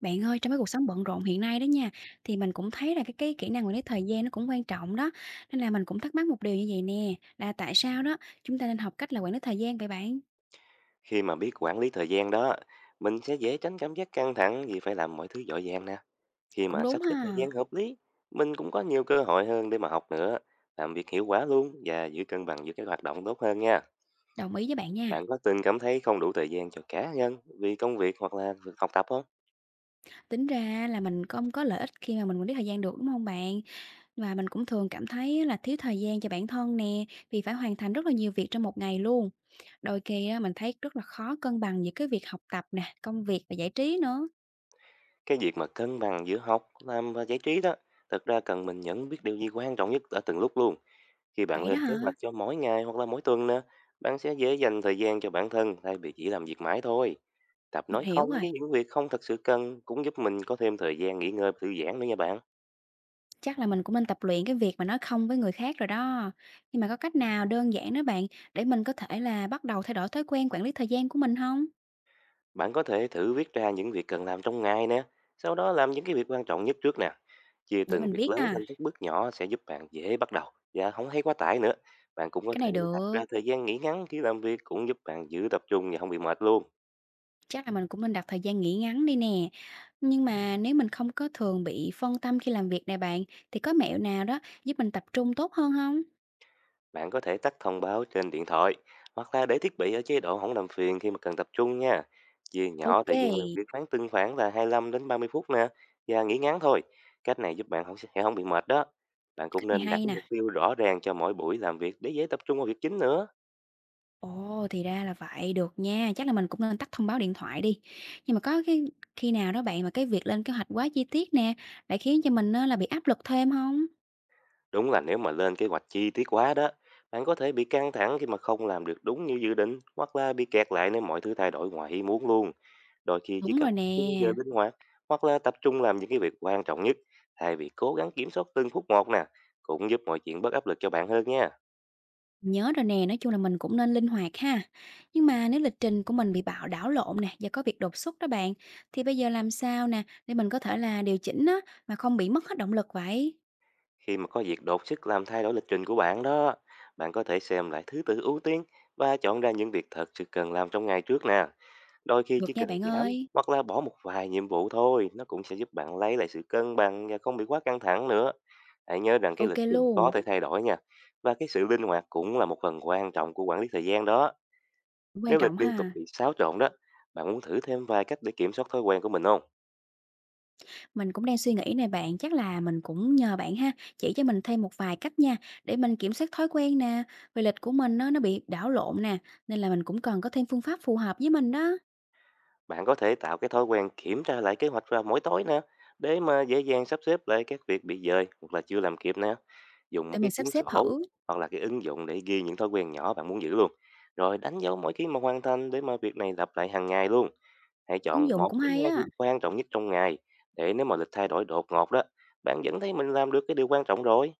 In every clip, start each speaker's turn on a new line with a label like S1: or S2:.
S1: Bạn ơi, trong cái cuộc sống bận rộn hiện nay đó nha, thì mình cũng thấy là cái kỹ năng quản lý thời gian nó cũng quan trọng đó. Nên là mình cũng thắc mắc một điều như vậy nè, là tại sao đó chúng ta nên học cách là quản lý thời gian vậy bạn?
S2: Khi mà biết quản lý thời gian đó, mình sẽ dễ tránh cảm giác căng thẳng vì phải làm mọi thứ dội dàng nè. Khi
S1: Cũng
S2: mà
S1: đúng
S2: sắp xếp thời
S1: ha.
S2: gian hợp lý, mình cũng có nhiều cơ hội hơn để mà học nữa, làm việc hiệu quả luôn và giữ cân bằng giữa các hoạt động tốt hơn nha.
S1: Đồng ý với bạn nha.
S2: Bạn có từng cảm thấy không đủ thời gian cho cá nhân vì công việc hoặc là việc học tập không?
S1: Tính ra là mình không có lợi ích khi mà mình quản lý thời gian được đúng không bạn? Và mình cũng thường cảm thấy là thiếu thời gian cho bản thân nè, vì phải hoàn thành rất là nhiều việc trong một ngày luôn. Đôi khi á, mình thấy rất là khó cân bằng giữa cái việc học tập nè, công việc và giải trí nữa.
S2: Cái việc mà cân bằng giữa học, làm và giải trí đó, thật ra cần mình nhận biết điều gì quan trọng nhất ở từng lúc luôn. Khi bạn
S1: Vậy đó
S2: lên kế
S1: hả?
S2: hoạch cho mỗi ngày hoặc là mỗi tuần nè, bạn sẽ dễ dành thời gian cho bản thân thay vì chỉ làm việc mãi thôi. Tập
S1: Mình
S2: nói
S1: hiểu
S2: không
S1: rồi.
S2: với những việc không thật sự cần cũng giúp mình có thêm thời gian nghỉ ngơi và thư giãn nữa nha bạn.
S1: Chắc là mình cũng nên tập luyện cái việc mà nói không với người khác rồi đó. Nhưng mà có cách nào đơn giản đó bạn để mình có thể là bắt đầu thay đổi thói quen quản lý thời gian của mình không?
S2: Bạn có thể thử viết ra những việc cần làm trong ngày nè, sau đó làm những cái việc quan trọng nhất trước nè. Chia
S1: Để
S2: từng
S1: mình
S2: việc
S1: viết
S2: lớn thành
S1: ha.
S2: các bước nhỏ sẽ giúp bạn dễ bắt đầu và không thấy quá tải nữa. Bạn cũng có
S1: Cái
S2: thể
S1: này
S2: đặt
S1: được,
S2: ra thời gian nghỉ ngắn khi làm việc cũng giúp bạn giữ tập trung và không bị mệt luôn.
S1: chắc là mình cũng nên đặt thời gian nghỉ ngắn đi nè. Nhưng mà nếu mình không có thường bị phân tâm khi làm việc này bạn, thì có mẹo nào đó giúp mình tập trung tốt hơn không?
S2: Bạn có thể tắt thông báo trên điện thoại hoặc là để thiết bị ở chế độ không làm phiền khi mà cần tập trung nha. Chia
S1: Ok
S2: nhỏ thời
S1: kê,
S2: gian làm việc khoảng từng khoảng là 25 đến 30 phút nè và nghỉ ngắn thôi. Cách này giúp bạn không sẽ không bị mệt đó. Bạn cũng
S1: cách này
S2: nên đặt
S1: hay
S2: mục
S1: nè.
S2: tiêu rõ ràng cho mỗi buổi làm việc để dễ tập trung vào việc chính nữa.
S1: Ồ, thì ra là vậy, được nha, chắc là mình cũng nên tắt thông báo điện thoại đi. Nhưng mà có cái khi nào đó bạn mà cái việc lên kế hoạch quá chi tiết nè, lại khiến cho mình á là bị áp lực thêm không?
S2: Đúng là nếu mà lên kế hoạch chi tiết quá đó, bạn có thể bị căng thẳng khi mà không làm được đúng như dự định hoặc là bị kẹt lại nếu mọi thứ thay đổi ngoài ý muốn luôn. Đôi khi chỉ
S1: Đúng
S2: cần
S1: rồi nè,
S2: khung giờ linh hoạt hoặc là tập trung làm những cái việc quan trọng nhất thay vì cố gắng kiểm soát từng phút một nè, cũng giúp mọi chuyện bớt áp lực cho bạn hơn nha.
S1: nhớ rồi nè, nói chung là mình cũng nên linh hoạt ha. Nhưng mà nếu lịch trình của mình bị bạo đảo lộn nè, do có việc đột xuất đó bạn, thì bây giờ làm sao nè để mình có thể là điều chỉnh á mà không bị mất hết động lực vậy?
S2: Khi mà có việc đột sức làm thay đổi lịch trình của bạn đó, bạn có thể xem lại thứ tự ưu tiên và chọn ra những việc thật sự cần làm trong ngày trước nè. Đôi khi chỉ
S1: Được nha
S2: cần
S1: bạn
S2: giảm
S1: ơi.
S2: hoặc là bỏ một vài nhiệm vụ thôi, nó cũng sẽ giúp bạn lấy lại sự cân bằng và không bị quá căng thẳng nữa. Hãy nhớ rằng cái
S1: Ok
S2: lịch trình có
S1: luôn,
S2: thể thay đổi nha. Và cái sự linh hoạt cũng là một phần quan trọng của quản lý thời gian đó.
S1: cũng quan
S2: Nếu lịch
S1: trọng
S2: liên tục
S1: ha.
S2: bị xáo trộn đó, bạn muốn thử thêm vài cách để kiểm soát thói quen của mình không?
S1: Mình cũng đang suy nghĩ này bạn, chắc là mình cũng nhờ bạn ha, chỉ cho mình thêm một vài cách nha, để mình kiểm soát thói quen nè, vì lịch của mình nó bị đảo lộn nè, nên là mình cũng cần có thêm phương pháp phù hợp với mình đó,
S2: Bạn có thể tạo cái thói quen kiểm tra lại kế hoạch vào mỗi tối nè, để mà dễ dàng sắp xếp lại các việc bị dời hoặc là chưa làm kịp nè. Dùng một
S1: để mình
S2: cái
S1: sắp
S2: cuốn
S1: xếp
S2: sổ
S1: thử,
S2: hoặc là cái ứng dụng để ghi những thói quen nhỏ bạn muốn giữ luôn. Rồi đánh dấu mỗi khi mà hoàn thành để mà việc này lặp lại hàng ngày luôn. Hãy
S1: ứng
S2: chọn
S1: dụng
S2: một
S1: cũng
S2: đến
S1: hay
S2: hai việc
S1: á.
S2: quan trọng nhất trong ngày để nếu mà lịch thay đổi đột ngột đó, bạn vẫn thấy mình làm được cái điều quan trọng rồi.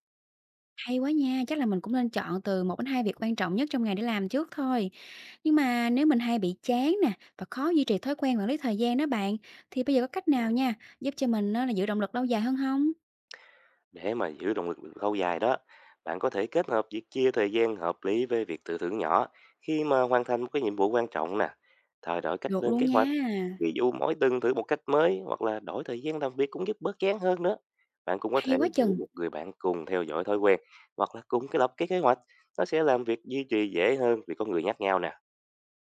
S1: Hay quá nha, chắc là mình cũng nên chọn từ một đến 2 việc quan trọng nhất trong ngày để làm trước thôi. Nhưng mà nếu mình hay bị chán nè, và khó duy trì thói quen quản lý thời gian đó bạn, thì bây giờ có cách nào nha, giúp cho mình á, là giữ động lực lâu dài hơn không?
S2: Để mà giữ động lực lâu dài đó, bạn có thể kết hợp việc chia thời gian hợp lý với việc tự thưởng nhỏ khi mà hoàn thành một cái nhiệm vụ quan trọng nè. Thay đổi cách
S1: Được
S2: lên
S1: luôn
S2: kế hoạch,
S1: nha,
S2: ví dụ mỗi tuần thử một cách mới hoặc là đổi thời gian làm việc cũng giúp bớt chán hơn nữa. Bạn cũng có
S1: hay
S2: thể
S1: quá
S2: rủ
S1: chừng,
S2: một người bạn cùng theo dõi thói quen hoặc là cùng cái lập cái kế hoạch. Nó sẽ làm việc duy trì dễ hơn vì có người nhắc nhau nè.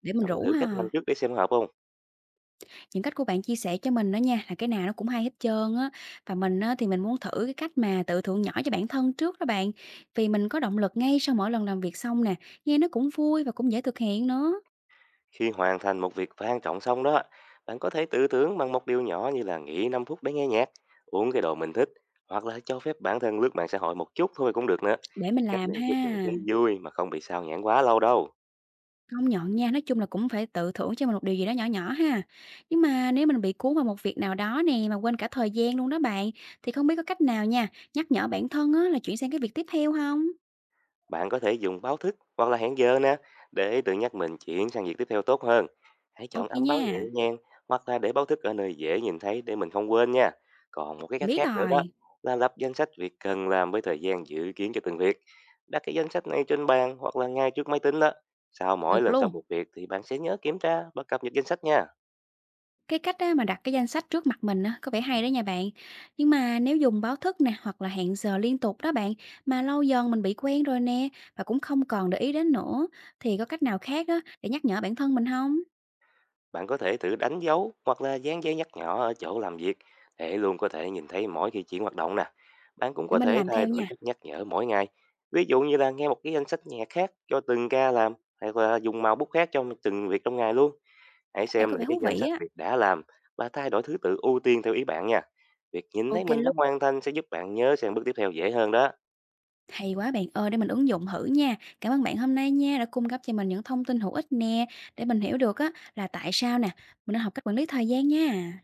S1: để mình
S2: Bạn muốn
S1: rủ
S2: thử cách nào
S1: ha.
S2: trước để xem hợp không?
S1: Những cách của bạn chia sẻ cho mình đó nha, là cái nào nó cũng hay hết trơn á. Và mình á, thì mình muốn thử cái cách mà tự thưởng nhỏ cho bản thân trước đó bạn. Vì mình có động lực ngay sau mỗi lần làm việc xong nè, nghe nó cũng vui và cũng dễ thực hiện nữa.
S2: Khi hoàn thành một việc quan trọng xong đó, bạn có thể tự tưởng bằng một điều nhỏ như là nghỉ 5 phút để nghe nhạc, uống cái đồ mình thích, hoặc là cho phép bản thân lướt mạng xã hội một chút thôi cũng được nữa.
S1: Để mình
S2: Cách
S1: làm
S2: này giúp bạn
S1: ha.
S2: thấy vui mà không bị sao nhãng quá lâu đâu.
S1: Công nhận nha, nói chung là cũng phải tự thưởng cho mình một điều gì đó nhỏ nhỏ ha. Nhưng mà nếu mình bị cuốn vào một việc nào đó nè mà quên cả thời gian luôn đó bạn, thì không biết có cách nào nha, nhắc nhở bản thân á, là chuyển sang cái việc tiếp theo không?
S2: Bạn có thể dùng báo thức hoặc là hẹn giờ nè để tự nhắc mình chuyển sang việc tiếp theo tốt hơn. Hãy chọn
S1: Ok
S2: âm báo nhẹ
S1: nha,
S2: nhàng hoặc là để báo thức ở nơi dễ nhìn thấy để mình không quên nha. Còn một cái cách
S1: biết
S2: khác nữa đó
S1: rồi,
S2: là lập danh sách việc cần làm với thời gian dự kiến cho từng việc. Đặt cái danh sách này trên bàn hoặc là ngay trước máy tính đó. Sau mỗi
S1: được
S2: lần xong
S1: luôn.
S2: một việc thì bạn sẽ nhớ kiểm tra và cập nhật danh sách nha.
S1: Cái cách á, mà đặt cái danh sách trước mặt mình á, có vẻ hay đó nha bạn. Nhưng mà nếu dùng báo thức nè, hoặc là hẹn giờ liên tục đó bạn, mà lâu dần mình bị quen rồi nè, và cũng không còn để ý đến nữa, thì có cách nào khác á, để nhắc nhở bản thân mình không?
S2: Bạn có thể thử đánh dấu hoặc là dán giấy nhắc nhở ở chỗ làm việc để luôn có thể nhìn thấy mỗi khi chuyển hoạt động nè. Bạn cũng
S1: Để
S2: có
S1: mình
S2: thể
S1: làm
S2: thay
S1: theo
S2: đổi
S1: nha,
S2: cách nhắc nhở mỗi ngày. Ví dụ như là nghe một cái danh sách nhạc khác cho từng ca làm hay là dùng màu bút khác cho từng việc trong ngày luôn. Hãy
S1: cách này
S2: xem
S1: có
S2: lại
S1: vẻ
S2: cái
S1: thú
S2: danh
S1: vị
S2: sách
S1: á.
S2: việc đã làm và thay đổi thứ tự ưu tiên theo ý bạn nha. Việc nhìn thấy
S1: OK
S2: mình đã
S1: luôn,
S2: hoàn thành sẽ giúp bạn nhớ sang bước tiếp theo dễ hơn đó.
S1: hay quá bạn ơi, để mình ứng dụng thử nha. Cảm ơn bạn hôm nay nha, đã cung cấp cho mình những thông tin hữu ích nè, để mình hiểu được á, là tại sao nè, mình nên học cách quản lý thời gian nha.